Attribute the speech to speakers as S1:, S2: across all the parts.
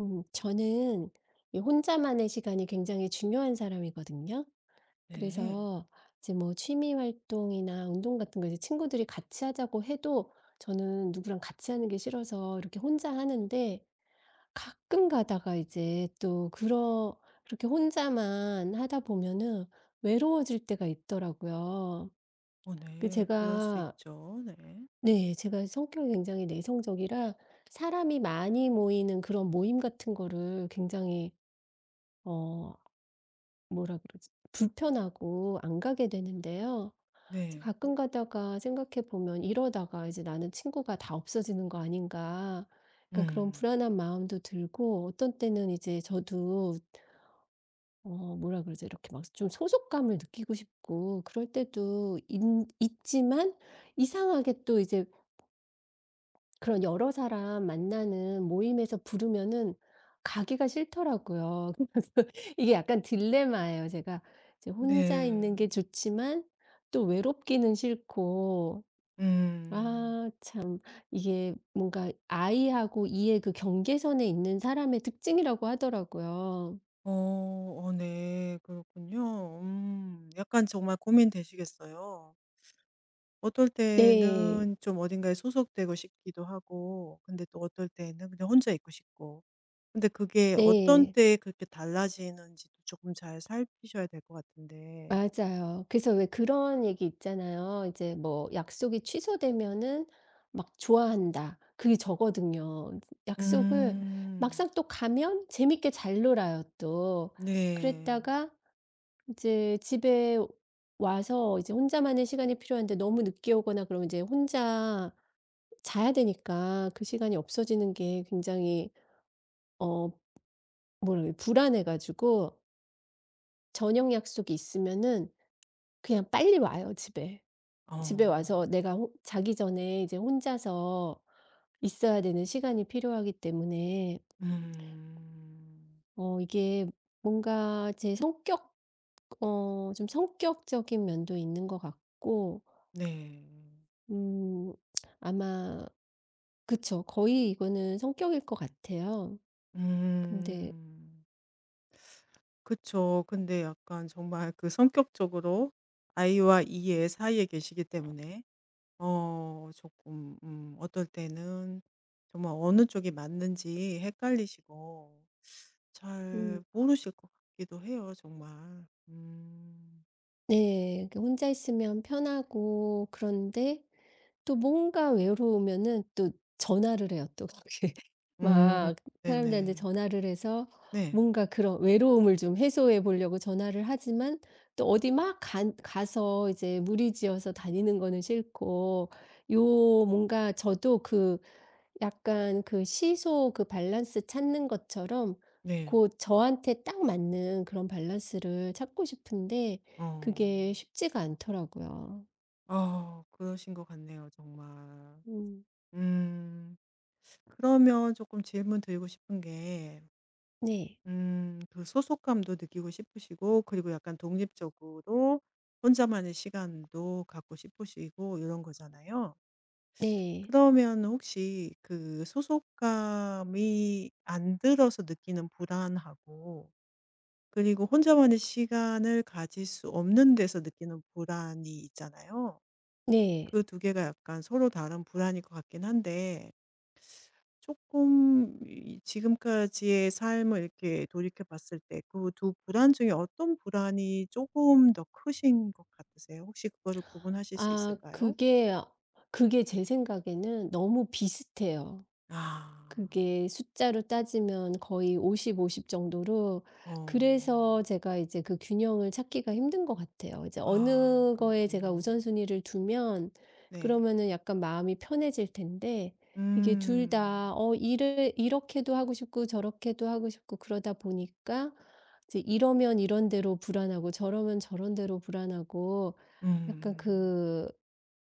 S1: 저는 이 혼자만의 시간이 굉장히 중요한 사람이거든요.
S2: 네.
S1: 그래서 이제 뭐 취미 활동이나 운동 같은 거 이제 친구들이 같이 하자고 해도 저는 누구랑 같이 하는 게 싫어서 이렇게 혼자 하는데 가끔 가다가 이제 또 그러 그렇게 혼자만 하다 보면은 외로워질 때가 있더라고요.
S2: 어
S1: 그
S2: 네. 그럴 수
S1: 제가
S2: 있죠. 네.
S1: 네, 제가 성격이 굉장히 내성적이라 사람이 많이 모이는 그런 모임 같은 거를 굉장히 어 뭐라 그러지? 불편하고 안 가게 되는데요. 이제
S2: 네.
S1: 가끔 가다가 생각해 보면 '이러다가 이제 나는 친구가 다 없어지는 거 아닌가.' 약간 그런
S2: 음.
S1: 불안한 마음도 들고 어떤 때는 이제 저도 뭐라 그러지? 이렇게 막 좀 소속감을 느끼고 싶고 그럴 때도 있 있지만 이상하게 또 이제 그런 여러 사람 만나는 모임에서 부르면은 가기가 싫더라고요. 그래서 이게 약간 딜레마예요. 제가 이제 혼자
S2: 네.
S1: 있는 게 좋지만 또 외롭기는 싫고 아
S2: 음.
S1: 참 이게 뭔가 I하고 이의 그 경계선에 있는 사람의 특징이라고 하더라고요.
S2: 어. 어 네. 그렇군요. 음. 약간 정말 고민되시겠어요. 어떨
S1: 네.
S2: 때는 좀 어딘가에 소속되고 싶기도 하고 근데 또 어떨 때는 그냥 혼자 있고 싶고. 근데 그게 어떤
S1: 네.
S2: 때에 그렇게 달라지는지도 조금 잘 살피셔야 될 것 같은데.
S1: 맞아요. 그래서 왜 그런 얘기 있잖아요. 이제 뭐 약속이 취소되면은 막 좋아한다. 그게 저거든요. 약속을
S2: 음.
S1: 막상 또 가면 재밌게 잘 놀아요, 또.
S2: 네.
S1: 그랬다가 이제 집에 와서 이제 혼자만의 시간이 필요한데 너무 늦게 오거나 그러면 이제 혼자 자야 되니까 그 시간이 없어지는 게 굉장히 어 뭐라 그래 불안해가지고 저녁 약속이 있으면은 그냥 빨리 와요, 집에. 집에 와서
S2: 어.
S1: 내가 호 자기 전에 이제 혼자서 있어야 되는 시간이 필요하기 때문에
S2: 음.
S1: 어 이게 뭔가 제 성격 어 좀 성격적인 면도 있는 것 같고
S2: 네.
S1: 음 아마 그쵸. 거의 이거는 성격일 것 같아요. 근데
S2: 음. 그쵸. 근데 약간 정말 그 성격적으로 아이와이의 사이에 계시기 때문에 어 조금 어떨 때는 정말 어느 쪽이 맞는지 헷갈리시고
S1: 음
S2: 잘 모르실 것 같기도 해요 정말. 음.
S1: 네, 그 혼자 있으면 편하고 그런데 또 뭔가 외로우면은 또 전화를 해요, 또. 거기.
S2: 음.
S1: 막 사람들한테
S2: 네네.
S1: 전화를 해서
S2: 네.
S1: 뭔가 그런 외로움을 좀 해소해 보려고 전화를 하지만 또 어디 막 가서 이제 무리지어서 다니는 거는 싫고 요 뭔가 저도 약간 그 시소 그 밸런스 찾는 것처럼
S2: 네.
S1: 곧 저한테 딱 맞는 그런 밸런스를 찾고 싶은데
S2: 어.
S1: 그게 쉽지가 않더라고요.
S2: 아 그러신 것 같네요 정말.
S1: 음.
S2: 음. 그러면 조금 질문드리고 싶은 게
S1: 네.
S2: 그 소속감도 느끼고 싶으시고 그리고 약간 독립적으로 혼자만의 시간도 갖고 싶으시고 이런 거잖아요.
S1: 네.
S2: 그러면 혹시 그 소속감이 안 들어서 느끼는 불안하고 그리고 혼자만의 시간을 가질 수 없는 데서 느끼는 불안이 있잖아요.
S1: 네.
S2: 그 두 개가 약간 서로 다른 불안일 것 같긴 한데 조금 이 지금까지의 삶을 이렇게 돌이켜 봤을 때 그 두 불안 중에 어떤 불안이 조금 더 크신 것 같으세요? 혹시 그거를 구분하실 수
S1: 아
S2: 있을까요?
S1: 그게 제 생각에는 너무 비슷해요.
S2: 아.
S1: 그게 숫자로 따지면 거의 50-50 정도로
S2: 어.
S1: 그래서 제가 이제 그 균형을 찾기가 힘든 것 같아요. 이제
S2: 아
S1: 어느 거에 제가
S2: 그렇군요.
S1: 우선순위를 두면
S2: 네.
S1: 그러면은 약간 마음이 편해질 텐데 이게 둘
S2: 음.
S1: 다 일을 이렇게도 하고 싶고 저렇게도 하고 싶고 그러다 보니까 이제 이러면 이런 대로 불안하고 저러면 저런 대로 불안하고 약간
S2: 음.
S1: 그,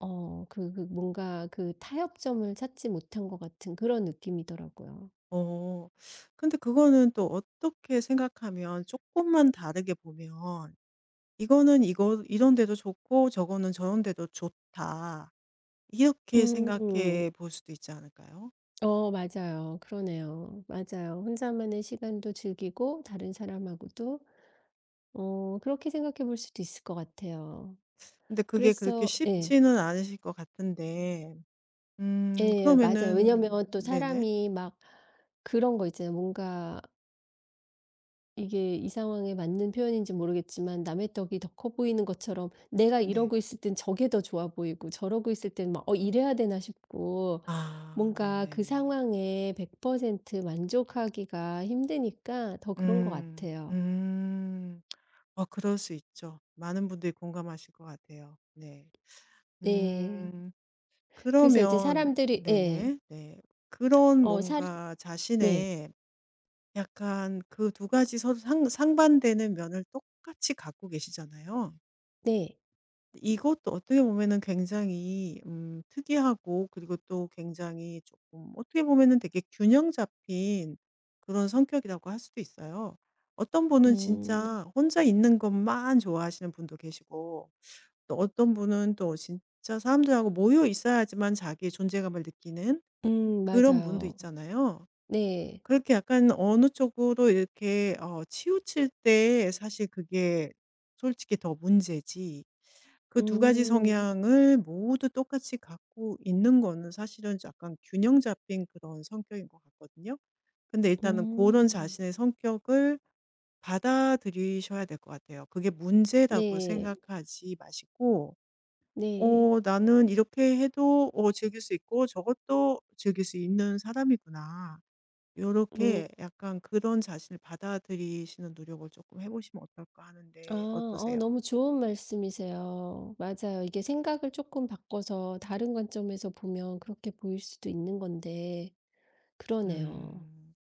S1: 어, 그, 그 뭔가 그 타협점을 찾지 못한 것 같은 그런 느낌이더라고요.
S2: 어. 근데 그거는 또 어떻게 생각하면 조금만 다르게 보면 '이거는 이거 이런 데도 좋고 저거는 저런 데도 좋다.' 이렇게
S1: 음,
S2: 생각해 볼 수도 있지 않을까요?
S1: 맞아요. 그러네요. 맞아요. 혼자만의 시간도 즐기고 다른 사람하고도 그렇게 생각해 볼 수도 있을 것 같아요.
S2: 근데 그게 그렇게
S1: 그래서 예,
S2: 쉽지는 않으실 것 같은데
S1: 예, 맞아요.
S2: 그러면은
S1: 왜냐면 또
S2: 네네.
S1: 사람이 막 그런 거 있잖아요. 뭔가 이게 이 상황에 맞는 표현인지 모르겠지만 남의 떡이 더 커 보이는 것처럼 내가
S2: 네.
S1: 이러고 있을 땐 저게 더 좋아 보이고 저러고 있을 땐 막 '어 이래야 되나?' 싶고
S2: 아
S1: 뭔가 그
S2: 네네네.
S1: 상황에 100% 만족하기가 힘드니까 더 그런 것
S2: 음.
S1: 같아요.
S2: 음. 어 그럴 수 있죠. 많은 분들이 공감하실 것 같아요. 네.
S1: 네.
S2: 음.
S1: 그래서 이제
S2: 그러면
S1: 사람들이 예.
S2: 네네. 네. 그런
S1: 어 살
S2: 뭔가
S1: 네.
S2: 자신의 약간 그 두 가지 서로 상 상반되는 면을 똑같이 갖고 계시잖아요.
S1: 네.
S2: 이것도 어떻게 보면은 굉장히 특이하고 그리고 또 굉장히 조금 어떻게 보면은 되게 균형 잡힌 그런 성격이라고 할 수도 있어요. 어떤 분은
S1: 음.
S2: 진짜 혼자 있는 것만 좋아하시는 분도 계시고 또 어떤 분은 또 진짜 사람들하고 모여 있어야지만 자기의 존재감을 느끼는 그런 분도
S1: 맞아요.
S2: 있잖아요.
S1: 네.
S2: 그렇게 약간 어느 쪽으로 이렇게 어 치우칠 때 사실 그게 솔직히 더 문제지 그 두 가지
S1: 음.
S2: 성향을 모두 똑같이 갖고 있는 거는 사실은 약간 균형 잡힌 그런 성격인 것 같거든요. 근데 일단은 그런
S1: 음.
S2: 자신의 성격을 받아들이셔야 될 것 같아요. 그게 문제라고
S1: 네.
S2: 생각하지 마시고
S1: 네.
S2: '어 나는 이렇게 해도 어 즐길 수 있고 저것도 즐길 수 있는 사람이구나.'
S1: 음.
S2: 요렇게 약간 그런 자신을 받아들이시는 노력을 조금 해 보시면 어떨까
S1: 아
S2: 하는데 어떠세요?
S1: 너무 좋은 말씀이세요. 맞아요. 이게 생각을 조금 바꿔서 다른 관점에서 보면 그렇게 보일 수도 있는 건데 그러네요.
S2: 음.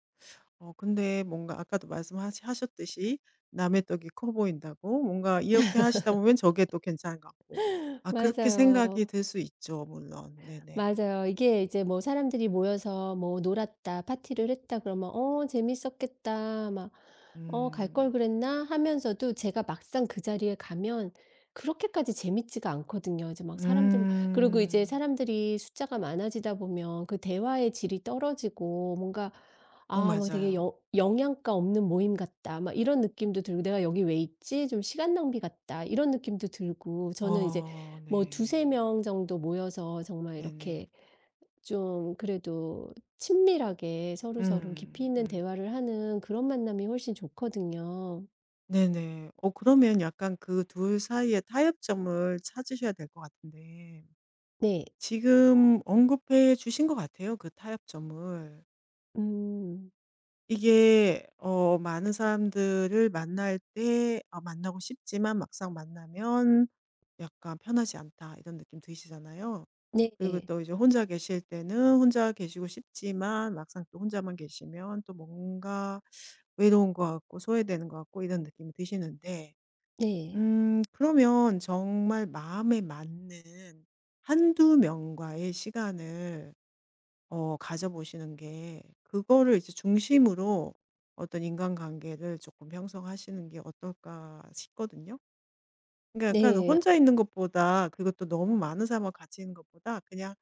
S2: 어 근데 뭔가 아까도 말씀하셨듯이 남의 떡이 커 보인다고 뭔가 이렇게 하시다 보면 저게 또 괜찮은 것 같고. 아 그렇게 생각이
S1: 맞아요.
S2: 들 수 있죠 물론. 네네.
S1: 맞아요. 이게 이제 뭐 사람들이 모여서 뭐 놀았다, 파티를 했다 그러면 '어 재밌었겠다.' 막 '어 갈
S2: 음.
S1: 걸 그랬나?' 하면서도 제가 막상 그 자리에 가면 그렇게까지 재밌지가 않거든요. 이제 막 사람들 그리고 이제
S2: 음.
S1: 사람들이 숫자가 많아지다 보면 그 대화의 질이 떨어지고 뭔가
S2: 어
S1: '아 막 되게
S2: 맞아요.
S1: 영 영양가 없는 모임 같다.' 막 이런 느낌도 들고 '내가 여기 왜 있지? 좀 시간 낭비 같다.' 이런 느낌도 들고 저는 이제
S2: 어
S1: 뭐
S2: 네.
S1: 두세 명 정도 모여서 정말
S2: 네네.
S1: 이렇게 좀 그래도 친밀하게 서로서로 깊이
S2: 음
S1: 있는
S2: 음.
S1: 대화를 하는 그런 만남이 훨씬 좋거든요.
S2: 네네. 어 그러면 약간 그 둘 사이의 타협점을 찾으셔야 될 것 같은데
S1: 네.
S2: 지금 언급해 주신 것 같아요 그 타협점을.
S1: 음.
S2: 이게 어 많은 사람들을 만날 때 아 만나고 싶지만 막상 만나면 약간 '편하지 않다.' 이런 느낌 드시잖아요. 그리고
S1: 네.
S2: 또 이제 혼자 계실 때는 혼자 계시고 싶지만 막상 또 혼자만 계시면 또 뭔가 외로운 것 같고 소외되는 것 같고 이런 느낌이 드시는데
S1: 네.
S2: 그러면 정말 마음에 맞는 한두 명과의 시간을 어 가져보시는 게 그거를 이제 중심으로 어떤 인간관계를 조금 형성하시는 게 어떨까 싶거든요. 그러니까 약간
S1: 네.
S2: 혼자 있는 것보다 그것도 너무 많은 사람과 같이 있는 것보다 그냥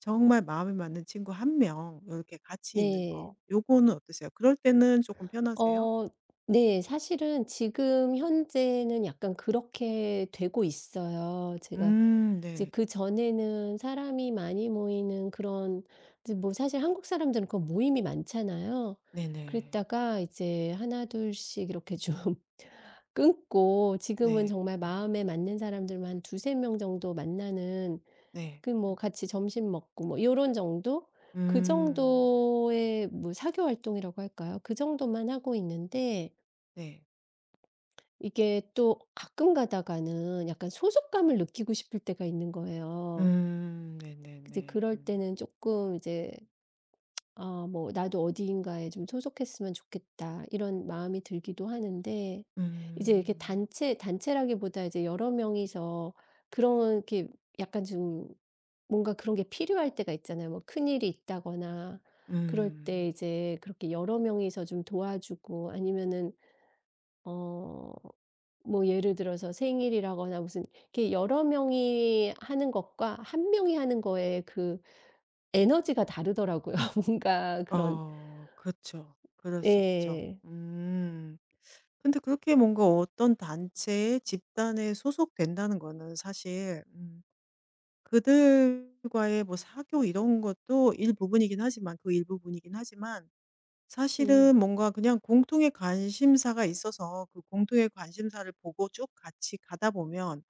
S2: 정말 마음에 맞는 친구 한 명 이렇게 같이 있는 거
S1: 네.
S2: 요거는 어떠세요? 그럴 때는 조금 편하세요?
S1: 어 네, 사실은 지금 현재는 약간 그렇게 되고 있어요. 제가 이제
S2: 네.
S1: 그전에는 사람이 많이 모이는 그런 이제 뭐 사실 한국 사람들은 그 모임이 많잖아요.
S2: 네네.
S1: 그랬다가 이제 하나 둘씩 이렇게 좀 끊고 지금은
S2: 네.
S1: 정말 마음에 맞는 사람들만 두세 명 정도 만나는
S2: 네.
S1: 그 뭐 같이 점심 먹고 뭐 요런 정도? 그
S2: 음.
S1: 정도의 뭐 사교 활동이라고 할까요? 그 정도만 하고 있는데
S2: 네.
S1: 이게 또 가끔 가다가는 약간 소속감을 느끼고 싶을 때가 있는 거예요.
S2: 음.
S1: 이제
S2: 네네네.
S1: 그럴
S2: 음.
S1: 때는 조금 이제 '아 뭐 나도 어디인가에 좀 소속했으면 좋겠다.' 이런 마음이 들기도 하는데 이제 이렇게
S2: 음.
S1: 단체라기보다 이제 여러 명이서 그렇게 약간 좀 뭔가 그런 게 필요할 때가 있잖아요. 뭐 큰일이 있다거나 그럴 때
S2: 음.
S1: 이제 그렇게 여러 명이서 좀 도와주고 아니면은 어 뭐 예를 들어서 생일이라거나 무슨 이렇게 여러 명이 하는 것과 한 명이 하는 거에 그 에너지가 다르더라고요. 뭔가 그런
S2: 어 그렇죠. 그럴 수 있죠.
S1: 예.
S2: 음. 근데 그렇게 뭔가 어떤 단체에 집단에 소속된다는 거는 사실 그들과의 뭐 사교 이런 것도 일부분이긴 하지만 그 일부분이긴 하지만
S1: 음.
S2: 사실은 뭔가 그냥 공통의 관심사가 있어서 그 공통의 관심사를 보고 쭉 같이 가다 보면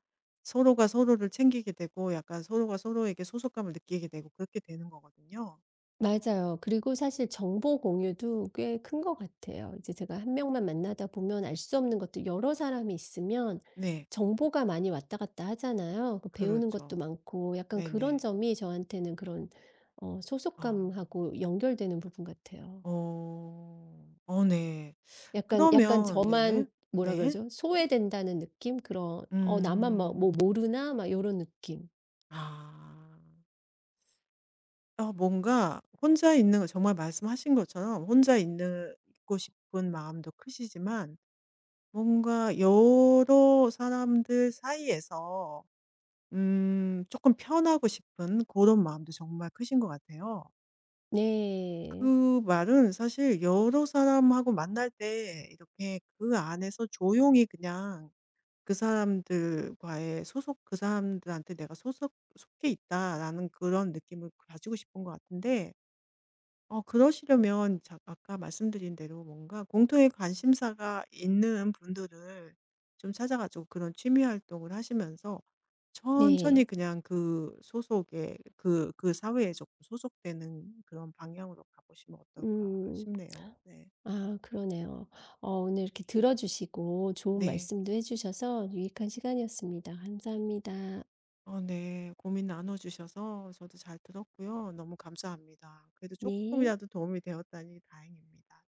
S2: 서로가 서로를 챙기게 되고 약간 서로가 서로에게 소속감을 느끼게 되고 그렇게 되는 거거든요.
S1: 맞아요. 그리고 사실 정보 공유도 꽤 큰 것 같아요. 이제 제가 한 명만 만나다 보면 알 수 없는 것도 여러 사람이 있으면
S2: 네.
S1: 정보가 많이 왔다 갔다 하잖아요. 그 배우는 것도
S2: 그렇죠.
S1: 많고 약간 그런
S2: 네네.
S1: 점이 저한테는 그런
S2: 아.
S1: 소속감하고 연결되는 부분 같아요.
S2: 어. 어 네.
S1: 약간
S2: 그러면 네네.
S1: 저만 뭐라
S2: 네.
S1: 그러죠? 소외된다는 느낌? 그런 '어 나만 막 뭐
S2: 음.
S1: 모르나?' 막 이런 느낌.
S2: 아. 어 뭔가 혼자 있는 거 정말 말씀하신 것처럼 혼자 있는 있고 싶은 마음도 크시지만 뭔가 여러 사람들 사이에서 조금 편하고 싶은 그런 마음도 정말 크신 것 같아요.
S1: 네.
S2: 그 말은 사실 여러 사람하고 만날 때 이렇게 그 안에서 조용히 그냥 그 사람들과의 소속, 그 사람들한테 내가 소속, 속해 있다라는 그런 느낌을 가지고 싶은 것 같은데, 어, 그러시려면 아까 말씀드린 대로 뭔가 공통의 관심사가 있는 분들을 좀 찾아가지고 그런 취미 활동을 하시면서 천천히
S1: 네.
S2: 그냥 그 소속에, 그 사회에 조금 소속되는 그런 방향으로 가보시면 어떨까
S1: 음.
S2: 싶네요. 네.
S1: 아 그러네요. 어 오늘 이렇게 들어주시고 좋은
S2: 네.
S1: 말씀도 해 주셔서 유익한 시간이었습니다. 감사합니다.
S2: 어 네. 고민 나눠 주셔서 저도 잘 들었고요. 너무 감사합니다. 그래도 조금이
S1: 네.
S2: 라도 도움이 되었다니 다행입니다. 네.